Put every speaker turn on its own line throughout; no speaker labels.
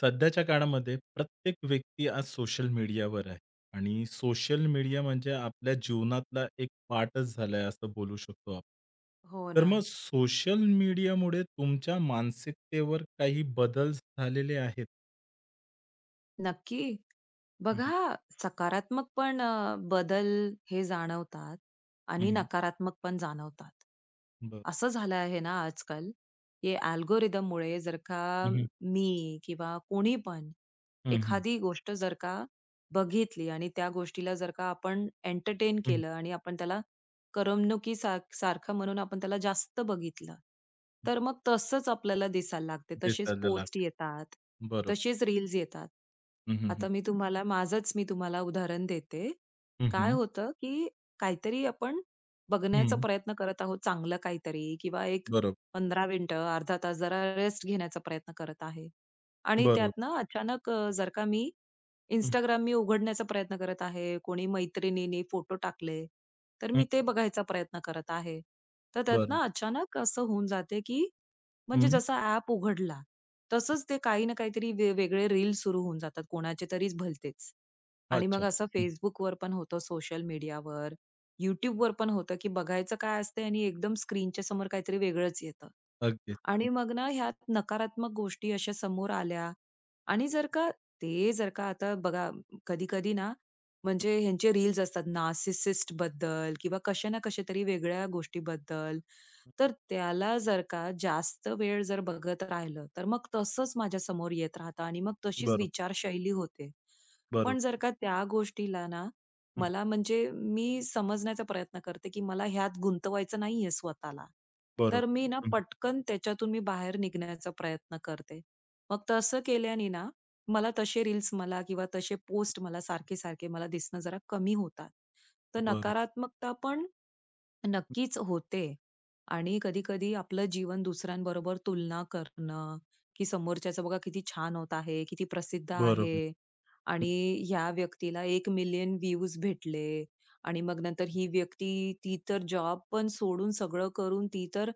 सध्याच्या काळामध्ये प्रत्येक व्यक्ती आज सोशल मीडियावर आहे आणि सोशल मीडिया म्हणजे आपल्या जीवनातला एक पार्टच झालाय असं बोलू शकतो आपण.
हो
तर
ना,
मग सोशल मीडियामुळे तुमच्या मानसिकतेवर काही बदल झालेले आहेत?
नक्की.
हं, हं.
बघा सकारात्मक पण बदल हे जाणवतात
हं,
आणि
हं.
नकारात्मक पण जाणवतात.
बरं.
असं झालं आहे ना आजकाल, हे अल्गोरिथममुळे जर का
हं, हं.
मी किंवा कोणी पण
हं,
एखादी गोष्ट जर का बघितली आणि त्या गोष्टीला जर का आपण एंटरटेन केलं आणि आपण त्याला करमणुकीसा सारखं म्हणून आपण त्याला जास्त बघितलं, तर मग तसंच आपल्याला दिसायला लागते. तसेच
दिसायला
पोस्ट
लागतं.
येतात,
बरोबर.
तसेच रील्स येतात.
हं, हं, हं.
आता मी तुम्हाला उदाहरण देते. काय
हं,
होतं, की काहीतरी आपण बघण्याचा प्रयत्न करत आहोत चांगलं काहीतरी किंवा एक
बरोबर,
15 मिनिटं, अर्धा तास जरा रेस्ट घेण्याचा प्रयत्न करत आहे आणि
बरोबर.
त्यातनं अचानक जर का मी
हं,
इंस्टाग्राम मी उघडण्याचा प्रयत्न करत आहे. कोणी मैत्रिणीने फोटो टाकले, तर
हं.
मी ते बघायचा प्रयत्न करत आहे. तर
बरं.
त्यातनं अचानक असं होऊन जाते, की म्हणजे
हं.
जसा ॲप उघडला, तसंच ते काही ना काहीतरी वेगळे रील्स सुरू होऊन जातात कोणाचे तरीच भलतेच. आणि मग
अच्छा.
असं
हं.
Facebookवर पण होतं, सोशल मीडियावर, YouTubeवर पण होतं, की बघायचं काय असते आणि एकदम स्क्रीनच्या समोर काहीतरी वेगळंच येतं.
अगदीच. हं,
आणि मग ना ह्यात नकारात्मक गोष्टी अशा समोर आल्या आणि जर का ते जर का आता बघा कधी-कधी ना म्हणजे ह्यांचे रील्स असतात नार्सिसिस्ट बद्दल किंवा कशा ना कशा तरी वेगळ्या गोष्टीबद्दल. तर त्याला जर का जास्त वेळ जर बघत राहिलं, तर मग तसंच माझ्यासमोर येत राहतं आणि मग तशीच
बरोबर,
विचारशैली होते.
बरोबर.
पण जर का त्या गोष्टीला ना मला म्हणजे मी समजण्याचा प्रयत्न करते, की मला ह्यात गुंतवायचं नाहीये स्वतःला. तर
बरोबर.
मी ना
हं,
पटकन त्याच्यातून मी बाहेर निघण्याचा प्रयत्न करते. मग तसं केल्याने ना, मला तसे रील्स मला किंवा तसे पोस्ट मला सारखे-सारखे मला दिसणं जरा कमी होतात. तर
बरोबर.
नकारात्मकता पण नक्कीच होते. आणि कधी-कधी आपलं जीवन दुसऱ्यांबरोबर तुलना करणं, की समोरच्याचं बघा किती छान होत आहे, किती प्रसिद्ध आहे
बरोबर. हं,
आणि ह्या व्यक्तीला 1,000,000 व्ह्यूज भेटले आणि मग नंतर ही व्यक्ती ती तर जॉब पण सोडून सगळं करून ती तर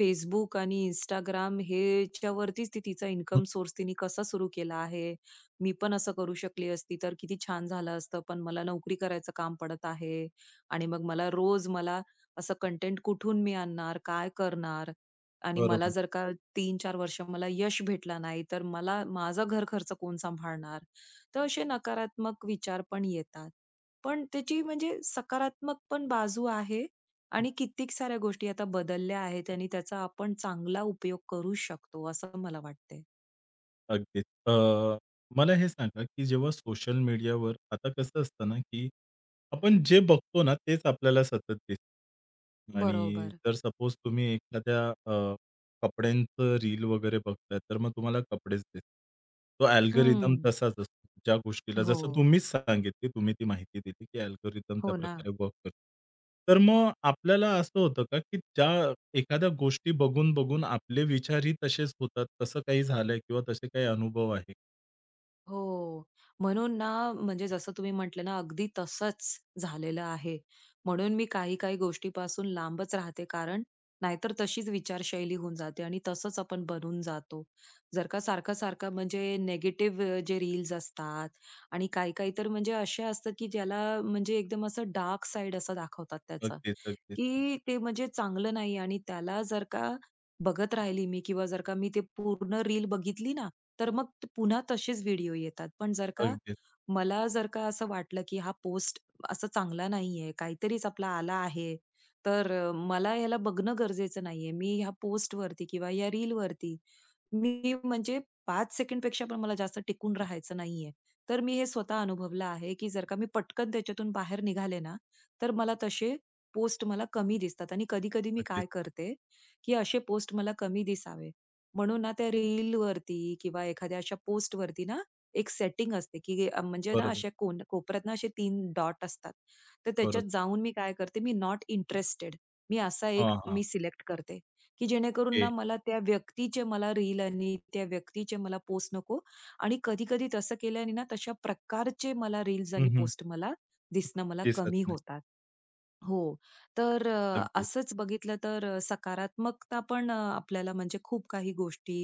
Facebook आणि Instagram ह्याच्यावरतीच ती तिचा
हं,
इन्कम सोर्स तिने कसा सुरू केला आहे. मी पण असं करू शकली असती तर किती छान झालं असतं, पण मला नोकरी करायचं काम पडत आहे आणि मग मला रोज मला असं कंटेंट कुठून मी आणणार, काय करणार? आणि मला
बरोबर.
जर का 3-4 वर्ष मला यश भेटला नाही, तर मला माझा घरखर्च कोण सांभाळणार? तर असे नकारात्मक विचार पण येतात. पण त्याची म्हणजे सकारात्मक पण बाजू आहे
हं,
आणि कित्येक साऱ्या गोष्टी आता बदलल्या आहेत आणि त्याचा आपण चांगला उपयोग करू शकतो, असं मला वाटते.
अगदीच. मला हे सांगा, की जेव्हा सोशल मीडियावर आता कसं असतं ना, की आपण जे बघतो ना, तेच आपल्याला सतत दिसतं. आणि
बरोबर.
जर सपोज तुम्ही एखाद्या अ, कपड्यांचं रील वगैरे बघताय, तर मग तुम्हाला कपडेच दिसतील. तो अल्गोरिदम
हं.
तसाच असतो. ज्या गोष्टीला
हो.
जसं तुम्हीच सांगितली, तुम्ही ती माहिती दिली, की अल्गोरिदम त्या
हो ना.
प्रकारे वर्क करतो. तर मग आपल्याला असं होतं का, की ज्या एखाद्या गोष्टी बघून, बघून आपले विचारही तसेच होतात. तसं काही झालंय किंवा तसे काही अनुभव आहे?
हो. म्हणून ना, म्हणजे जसं तुम्ही म्हटले ना, अगदी तसंच झालेलं आहे. म्हणून मी काही-काही गोष्टीपासून लांबच राहते, कारण नाहीतर तशीच विचारशैली होऊन जाते आणि तसंच आपण बनून जातो. जर का सारखं-सारखं म्हणजे निगेटिव्ह जे रील्स असतात आणि काही-काही तर म्हणजे असे असतात, की ज्याला म्हणजे एकदम असं डार्क साइड असं दाखवतात त्याचं,
अगदीच, अगदीच,
की ते म्हणजे चांगलं नाही आणि त्याला जर का बघत राहिली मी किंवा जर का मी ते पूर्ण रील बघितली ना, तर मग पुन्हा तसेच व्हिडिओ येतात. पण जर का
अगदीच,
मला जर का असं वाटलं, की हा पोस्ट असा चांगला नाहीये, काहीतरीच आपला आला आहे, तर मला ह्याला बघणं गरजेचं नाहीये. मी ह्या पोस्टवरती किंवा या रीलवरती मी म्हणजे पाच सेकंडपेक्षा पण मला जास्त टिकून राहायचं नाहीये. तर मी हे स्वतः अनुभवलं आहे, की जर का मी पटकन त्याच्यातून बाहेर निघाले ना, तर मला तसे पोस्ट मला कमी दिसतात आणि कधी-कधी मी
अगदीच.
काय करते, की असे पोस्ट मला कमी दिसावे म्हणून ना त्या रीलवरती किंवा एखाद्या अशा पोस्टवरती ना एक सेटिंग असते, की म्हणजे ना
बरोबर,
अशा कोपऱ्यात ना असे 3 डॉट असतात. तर त्याच्यात
बरोबर.
जाऊन मी काय करते, मी नॉट इंटरेस्टेड मी असा एक
हां, हां.
मी सिलेक्ट करते. की जेणेकरून
ओके.
ना मला त्या व्यक्तीचे मला रील आणि त्या व्यक्तीचे मला पोस्ट नको आणि कधी-कधी तसं केल्याने ना तशा प्रकारचे मला रील्स
हं,
आणि
हं.
पोस्ट मला दिसणं मला
दिसत
कमी
नाही.
होतात. हो. तर
अगदीच.
असंच बघितलं तर सकारात्मकता पण आपल्याला म्हणजे खूप काही गोष्टी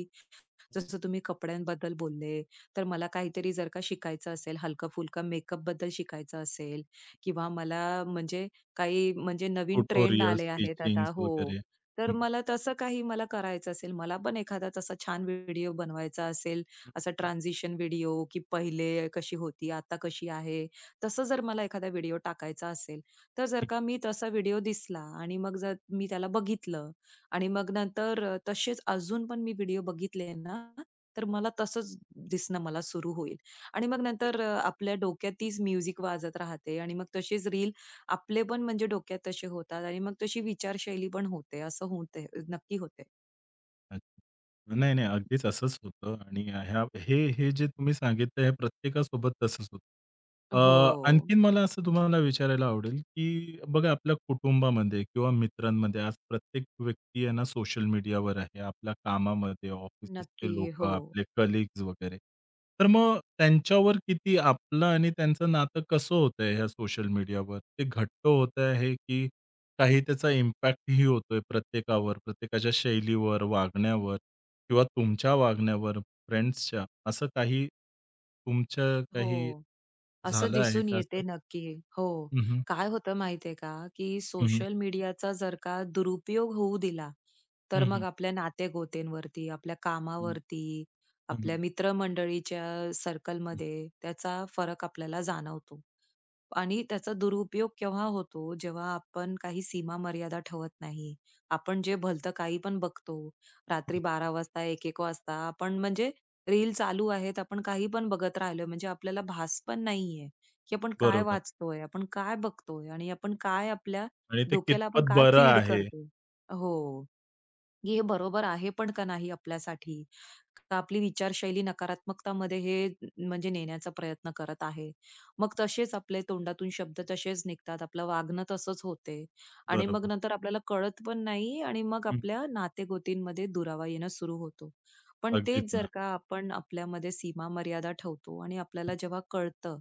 जसं तुम्ही कपड्यांबद्दल बोलले, तर मला काहीतरी जर का शिकायचं असेल, हलका-फुलका मेकअपबद्दल शिकायचं असेल किंवा मला म्हणजे काही म्हणजे नवीन ट्रेंड
ट्युटोरियल्स,
आले आहेत आता
टीचिंग्स
हो.
वगैरे.
तर
हं,
मला तसं काही मला करायचं असेल, मला पण एखादा तसा छान व्हिडिओ बनवायचा असेल, असा ट्रान्झिशन व्हिडिओ, की पहिले कशी होती, आता कशी आहे, तसं जर मला एखादा व्हिडिओ टाकायचा असेल, तर जर का मी तसा व्हिडिओ दिसला आणि मग जर मी त्याला बघितलं, आणि मग नंतर तसेच अजून पण मी व्हिडिओ बघितले ना, तर मला तसंच दिसणं मला सुरू होईल. आणि मग
हं.
नंतर आपल्या डोक्यात तीच म्युझिक वाजत राहते आणि मग तशीच रील आपले पण म्हणजे डोक्यात तसे होतात आणि मग तशी विचारशैली पण होते. असं होते नक्की होते.
अच्छा. नाही, नाही. अगदीच असंच होतं आणि ह्या हे हे जे तुम्ही सांगितलं हे प्रत्येकासोबत तसंच होतं.
हो.
आणखीन मला असं तुम्हाला विचारायला आवडेल, की बघा आपल्या कुटुंबामध्ये किंवा मित्रांमध्ये आज प्रत्येक व्यक्ती आहे ना सोशल मीडियावर आहे. आपल्या कामामध्ये, ऑफिसचे
नक्की. हो.
लोकं, आपले कलीग्स वगैरे. तर मग त्यांच्यावर किती आपलं आणि त्यांचं नातं कसं होतंय ह्या सोशल मीडियावर? ते घट्ट होत आहे की काही त्याचा इम्पॅक्टही होतोय प्रत्येकावर, प्रत्येकाच्या शैलीवर, वागण्यावर किंवा तुमच्या वागण्यावर, फ्रेंड्सच्या. असं काही तुमचं काही
हो. असं
झालं आहे
दिसून
का असं?
येते नक्की. हो.
हं, हं.
काय होतं माहितीये का, की
हं, हं.
सोशल मीडियाचा जर का दुरुपयोग होऊ दिला तर
हं,
मग
हं.
आपल्या नाते-गोतेवरती, आपल्या
हं,
कामावरती,
हं,
आपल्या
हं.
मित्रमंडळीच्या सर्कलमध्ये त्याचा फरक आपल्याला जाणवतो. आणि त्याचा दुरुपयोग केव्हा होतो, जेव्हा आपण काही सीमा मर्यादा ठेवत नाही. आपण जे भलतं काही पण बघतो. रात्री बारा वाजता, 1-1 वाजता आपण म्हणजे रील चालू आहेत, आपण काही पण बघत राहिलोय म्हणजे आपल्याला भास पण नाहीये, की आपण काय
बरोबर
वाचतोय, आपण काय बघतोय आणि आपण काय आपल्या
आणि ते
डोक्याला आपण
कितपत
काय
बरं
फीड
आहे.
करतोय. हो. की हे बरोबर आहे पण का नाही आपल्यासाठी? का आपली विचारशैली नकारात्मकतामध्ये हे म्हणजे नेण्याचा प्रयत्न करत आहे. मग तसेच आपले तोंडातून शब्द तसेच निघतात. आपलं वागणं तसंच होते आणि मग
बरोबर.
नंतर आपल्याला कळत पण नाही आणि मग
हं.
आपल्या नातेगोतींमध्ये दुरावा येणं सुरू होतो. पण
अगदीच
तेच जर
ना.
का आपण आपल्यामध्ये सीमा मर्यादा ठेवतो आणि
हं,
आपल्याला जेव्हा कळतं,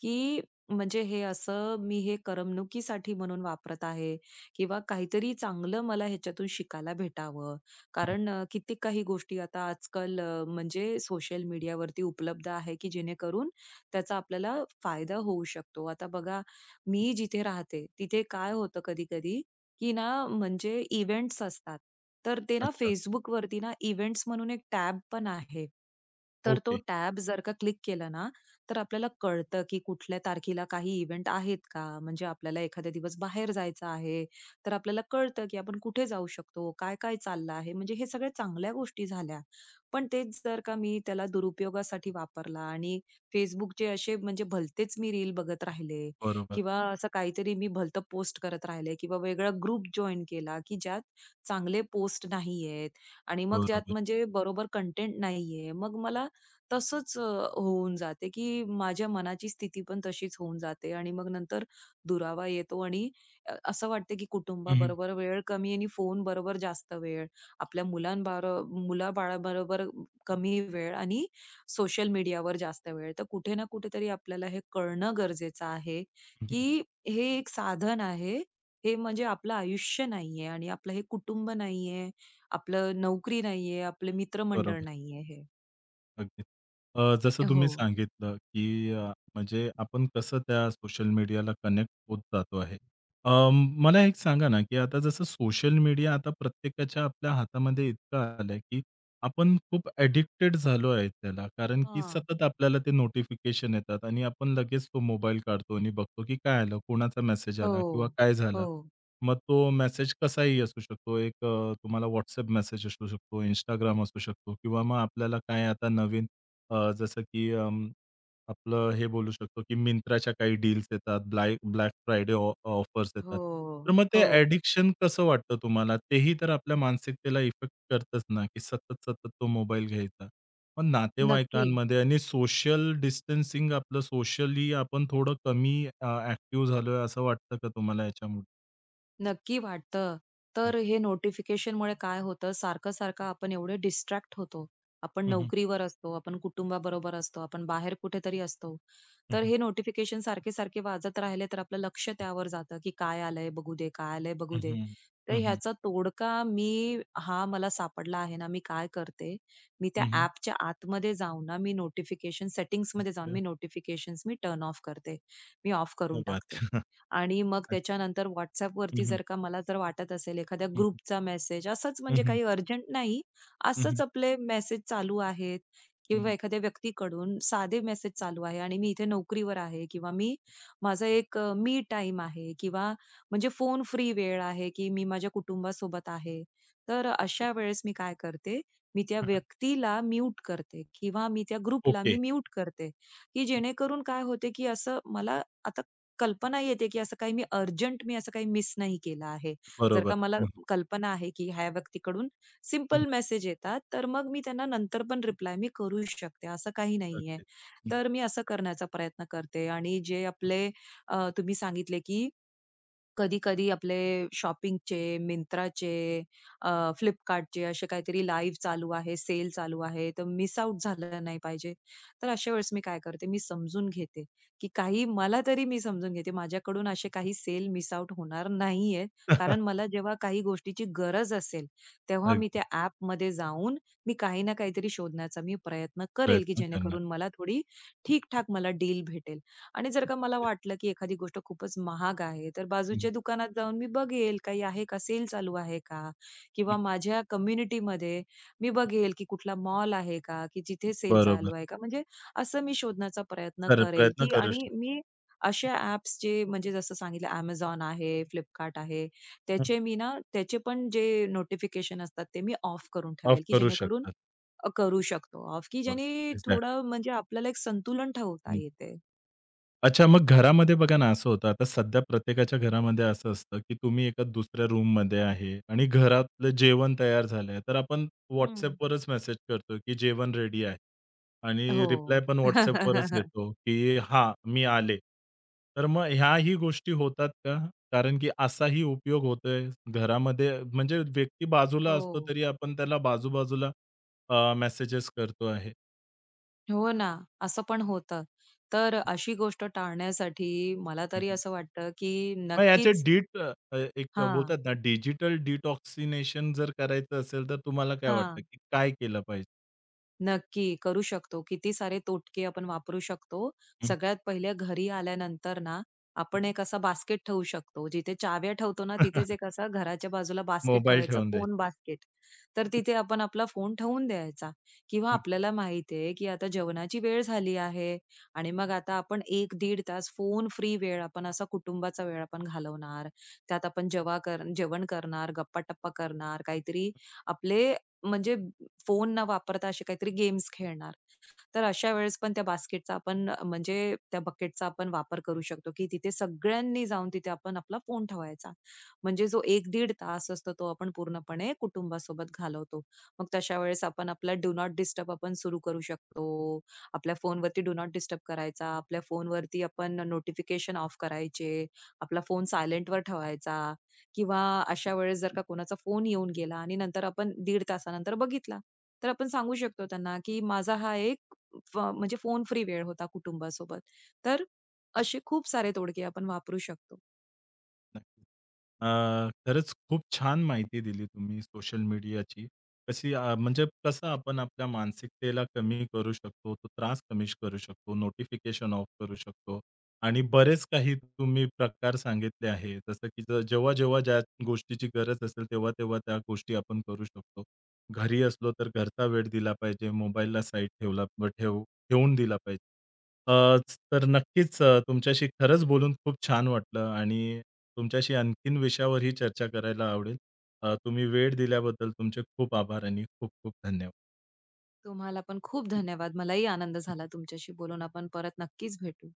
की म्हणजे हे असं मी हे करमणुकीसाठी म्हणून वापरत आहे किंवा काहीतरी चांगलं मला ह्याच्यातून शिकायला भेटावं.
हं.
कारण कित्येक काही गोष्टी आता आजकाल म्हणजे सोशल मीडियावरती उपलब्ध आहे, की जेणेकरून त्याचा आपल्याला फायदा होऊ शकतो. आता बघा, मी जिथे राहते तिथे काय होतं कधी-कधी, की ना म्हणजे इव्हेंट्स असतात. तर ते ना
अच्छा.
Facebookवरती ना इव्हेंट्स म्हणून एक टॅब पण आहे. तर तो
ओके.
टॅब जर का क्लिक केला ना, तर आपल्याला कळतं, की कुठल्या तारखेला काही इव्हेंट आहेत का? म्हणजे आपल्याला एखादा दिवस बाहेर जायचं आहे, तर आपल्याला कळतं, की आपण कुठे जाऊ शकतो, काय-काय चाललं आहे. म्हणजे हे सगळ्या चांगल्या गोष्टी झाल्या. पण तेच जर का मी त्याला दुरुपयोगासाठी वापरला आणि Facebookचे असे म्हणजे भलतेच मी रील बघत राहिले
बरोबर,
किंवा असं काहीतरी मी भलतं पोस्ट करत राहिले किंवा वेगळा ग्रुप जॉइन केला, की ज्यात चांगले पोस्ट नाहीयेत आणि मग ज्यात
बरोबर.
म्हणजे बरोबर कंटेंट नाहीये. मग मला तसंच होऊन जाते, की माझ्या मनाची स्थिती पण तशीच होऊन जाते आणि मग नंतर दुरावा येतो आणि असं वाटतं, की
हं, हं.
कुटुंबाबरोबर वेळ कमी आणि फोनबरोबर जास्त वेळ, आपल्या मुलाबाळाबरोबर
हं,
कमी वेळ आणि सोशल मीडियावर जास्त वेळ. तर कुठे ना कुठेतरी आपल्याला हे कळणं गरजेचं आहे,
हं. हं.
की हे एक साधन आहे. हे म्हणजे आपलं आयुष्य नाहीये आणि आपलं हे कुटुंब नाहीये, आपलं नोकरी नाहीये, आपले मित्रमंडळ
बरोबर.
नाहीये हे.
अगदी. जसं
हो.
तुम्ही सांगितलं, की म्हणजे आपण कसं त्या सोशल मीडियाला कनेक्ट होत जातो आहे. अ, मला एक सांगा ना, की आता जसं सोशल मीडिया आता प्रत्येकाच्या आपल्या हातामध्ये इतकं आलंय, की आपण खूप ॲडिक्टेड झालो आहे त्याला. कारण की
हां.
सतत आपल्याला ते नोटिफिकेशन येतात आणि आपण लगेच तो मोबाईल काढतो आणि बघतो, की काय आलं, कोणाचा मेसेज आला किंवा
हो,
काय
हो,
झालं. मग तो मेसेज कसाही असू शकतो. एक तुम्हाला WhatsApp मेसेज असू शकतो, Instagram असू शकतो किंवा मग आपल्याला काय आता नवीन जसं की आपलं हे बोलू शकतो, की Myntraच्या काही डील्स येतात, Black Friday ऑफर्स
हो,
येतात.
हो.
तर मग ते
हो.
ॲडिक्शन कसं वाटतं तुम्हाला? तेही तर आपल्या मानसिकतेला इफेक्ट करतंच ना, की सतत-सतत तो मोबाईल घ्यायचा. मग
नक्की.
नातेवाईकांमध्ये आणि सोशल डिस्टन्सिंग आपलं सोशली आपण थोडं कमी अ, झालोय असं वाटतं का तुम्हाला याच्यामुळे?
नक्की वाटतं. तर हे नोटिफिकेशनमुळे काय होतं, सारखं-सारखं आपण एवढे डिस्ट्रॅक्ट होतो. आपण
Mmh mh.
नोकरीवर असतो, आपण कुटुंबाबरोबर असतो, आपण बाहेर कुठेतरी असतो. तर
Mmh
हे नोटिफिकेशन सारखे-सारखे वाजत राहिले, तर आपलं लक्ष त्यावर जातं, की काय आलंय बघू दे, काय आलंय बघू दे.
Mhm.
तर
Mhm.
ह्याचा तोडगा मी हा मला सापडला आहे ना, मी काय करते, मी त्या
Mhm.
ॲपच्या आतमध्ये जाऊन ना, मी नोटिफिकेशन सेटिंग्जमध्ये जाऊन
Super.
मी नोटिफिकेशन्स मी टर्न ऑफ करते. मी ऑफ
क्या
करून
बात
टाकते.
है.
आणि मग त्याच्यानंतर WhatsAppवरती
हं, हं.
जर का मला जर वाटत असेल एखाद्या
हं, हं.
ग्रुपचा मेसेज असंच
हं,
म्हणजे
हं.
काही अर्जंट नाही,
हं,
असंच आपले मेसेज चालू आहेत किंवा
हं.
एखाद्या व्यक्तीकडून साधे मेसेज चालू आहे आणि मी इथे नोकरीवर आहे किंवा मी माझा एक मी टाईम आहे किंवा म्हणजे फोन फ्री वेळ आहे, की मी माझ्या कुटुंबासोबत आहे. तर अशा वेळेस मी काय करते, मी त्या
हां.
व्यक्तीला म्यूट करते किंवा मी त्या ग्रुपला
ओके.
मी म्यूट करते, की जेणेकरून काय होते, की असं मला आता कल्पना येते, की असं काही मी अर्जंट मी असं काही मिस नाही केलं आहे. जर
बरोबर.
का मला
हं,
कल्पना आहे, की ह्या व्यक्तीकडून
हं.
सिंपल मेसेज येतात, तर मग मी त्यांना नंतर पण रिप्लाय मी करू शकते, असं काही नाहीये.
अगदीच. हं.
तर मी असं करण्याचा प्रयत्न करते आणि जे आपले तुम्ही सांगितले, की कधी-कधी आपले शॉपिंगचे, Myntraचे, अ, Flipkartचे असे काहीतरी लाईव्ह चालू आहे, सेल चालू आहे, तर मिस आउट झालं नाही पाहिजे. तर अशा वेळेस मी काय करते, मी समजून घेते, की काही मला तरी मी समजून घेते, माझ्याकडून असे काही सेल मिस आउट होणार नाहीये.
अगदीच.
कारण मला जेव्हा काही गोष्टीची गरज असेल, तेव्हा मी त्या ॲपमध्ये जाऊन मी काही ना काहीतरी शोधण्याचा मी प्रयत्न करेल, की
प्रयत्न करणार.
जेणेकरून मला थोडी ठीक मला डील भेटेल. आणि जर का मला वाटलं, की एखादी गोष्ट खूपच महाग आहे, तर
हं, हं.
बाजूच्या दुकानात जाऊन मी बघेल काही आहे का, सेल चालू आहे का? किंवा माझ्या कम्युनिटीमध्ये मी बघेल, की कुठला मॉल आहे का, की जिथे सेल
बरोबर.
चालू आहे का? म्हणजे असं मी शोधण्याचा प्रयत्न
खरं
करेल,
प्रयत्न
की
करू
आणि
शकतो.
मी अशा ॲप्स जे म्हणजे जसं सांगितलं Amazon आहे, Flipkart आहे, त्याचे मी ना त्याचे पण जे नोटिफिकेशन असतात ते मी ऑफ करून
ऑफ
ठेवेल, की
करू
जेणेकरून
शकतात.
करू शकतो ऑफ, की
हो.
ज्याने
एक्झॅक्टली.
थोडं म्हणजे आपल्याला एक संतुलन ठेवता येते.
अच्छा, मग घरामध्ये बघा ना, असं होतं आता सध्या प्रत्येकाच्या घरामध्ये असं असतं, की तुम्ही एका दुसऱ्या रूममध्ये आहे आणि घरातलं जेवण तयार झालंय, तर आपण WhatsAppवरच मेसेज करतो, की जेवण रेडी आहे आणि रिप्लाय
हो.
पण WhatsAppवरच येतो, की "हां, मी आले." तर मग ह्याही गोष्टी होतात का? कारण की असाही उपयोग होतोय घरामध्ये म्हणजे व्यक्ती बाजूला असतो,
हो.
तरी आपण त्याला बाजू-बाजूला मेसेजेस करतो
हो ना, असं पण होतं. तर
आहे.
अशी गोष्ट टाळण्यासाठी मला तरी असं वाटतं, की
मग याचे
नक्कीच
एक
हां,
बोलतात ना, डिजिटल डिटॉक्सिनेशन जर करायचं असेल, तर तुम्हाला काय वाटतं,
हां.
की काय केलं पाहिजे?
नक्की, करू शकतो. किती सारे तोटके आपण वापरू शकतो.
हं,
सगळ्यात पहिले घरी आल्यानंतर ना,
हं.
आपण एक असा बास्केट ठेवू शकतो. जिथे चाव्या ठेवतो ना, तिथेच एक असा घराच्या बाजूला बास्केट
मोबाईल
ठेवायचं,
ठेवून
फोन
द्यायचा.
बास्केट. तर तिथे आपण आपला फोन ठेवून द्यायचा किंवा आपल्याला माहिती आहे, की आता जेवणाची वेळ झाली आहे आणि मग आता आपण 1-1.5 तास फोन फ्री वेळ आपण असा कुटुंबाचा वेळ आपण घालवणार. त्यात आपण जेवा कर जेवण करणार, गप्पा-टप्पा करणार, काहीतरी आपले म्हणजे फोन न वापरता असे काहीतरी गेम्स खेळणार. तर अशा वेळेस पण त्या बास्केटचा आपण म्हणजे त्या बकेटचा आपण वापर करू शकतो, की तिथे सगळ्यांनी जाऊन तिथे आपण आपला फोन ठेवायचा. म्हणजे जो एक दीड तास असतो तो आपण पूर्णपणे कुटुंबासोबत घालवतो. मग तशा वेळेस आपण आपला डू नॉट डिस्टर्ब आपण सुरू करू शकतो. आपल्या फोनवरती डू नॉट डिस्टर्ब करायचा. आपल्या फोनवरती आपण नोटिफिकेशन ऑफ करायचे. आपला फोन सायलेंटवर ठेवायचा किंवा अशा वेळेस जर का कोणाचा फोन येऊन गेला आणि नंतर आपण 1.30 तासानंतर बघितला, तर आपण सांगू शकतो त्यांना, की माझा हा एक फ म्हणजे फोन फ्री वेळ होता कुटुंबासोबत. तर असे खूप सारे तोडगे आपण वापरू शकतो.
नक्कीच. अ, खरंच खूप छान माहिती दिली तुम्ही सोशल मीडियाची. कशी म्हणजे कसं आपण आपल्या मानसिकतेला कमी करू शकतो, तो त्रास कमी करू शकतो, नोटिफिकेशन ऑफ करू शकतो आणि बरेच काही तुम्ही प्रकार सांगितले आहे. जसं की जेव्हा-जेव्हा ज्या गोष्टीची गरज असेल, तेव्हा-तेव्हा त्या गोष्टी आपण करू शकतो. घरी असलो तर घरचा वेळ दिला पाहिजे, मोबाईलला साईड ठेवला ठेव ठेवून दिला पाहिजे. अ, तर नक्कीच तुमच्याशी खरंच बोलून खूप छान वाटलं आणि तुमच्याशी आणखीन विषयावरही चर्चा करायला आवडेल. तुम्ही वेळ दिल्याबद्दल तुमचे खूप आभार आणि खूप खूप धन्यवाद.
तुम्हाला पण खूप धन्यवाद. मलाही आनंद झाला तुमच्याशी बोलून. आपण परत नक्कीच भेटू.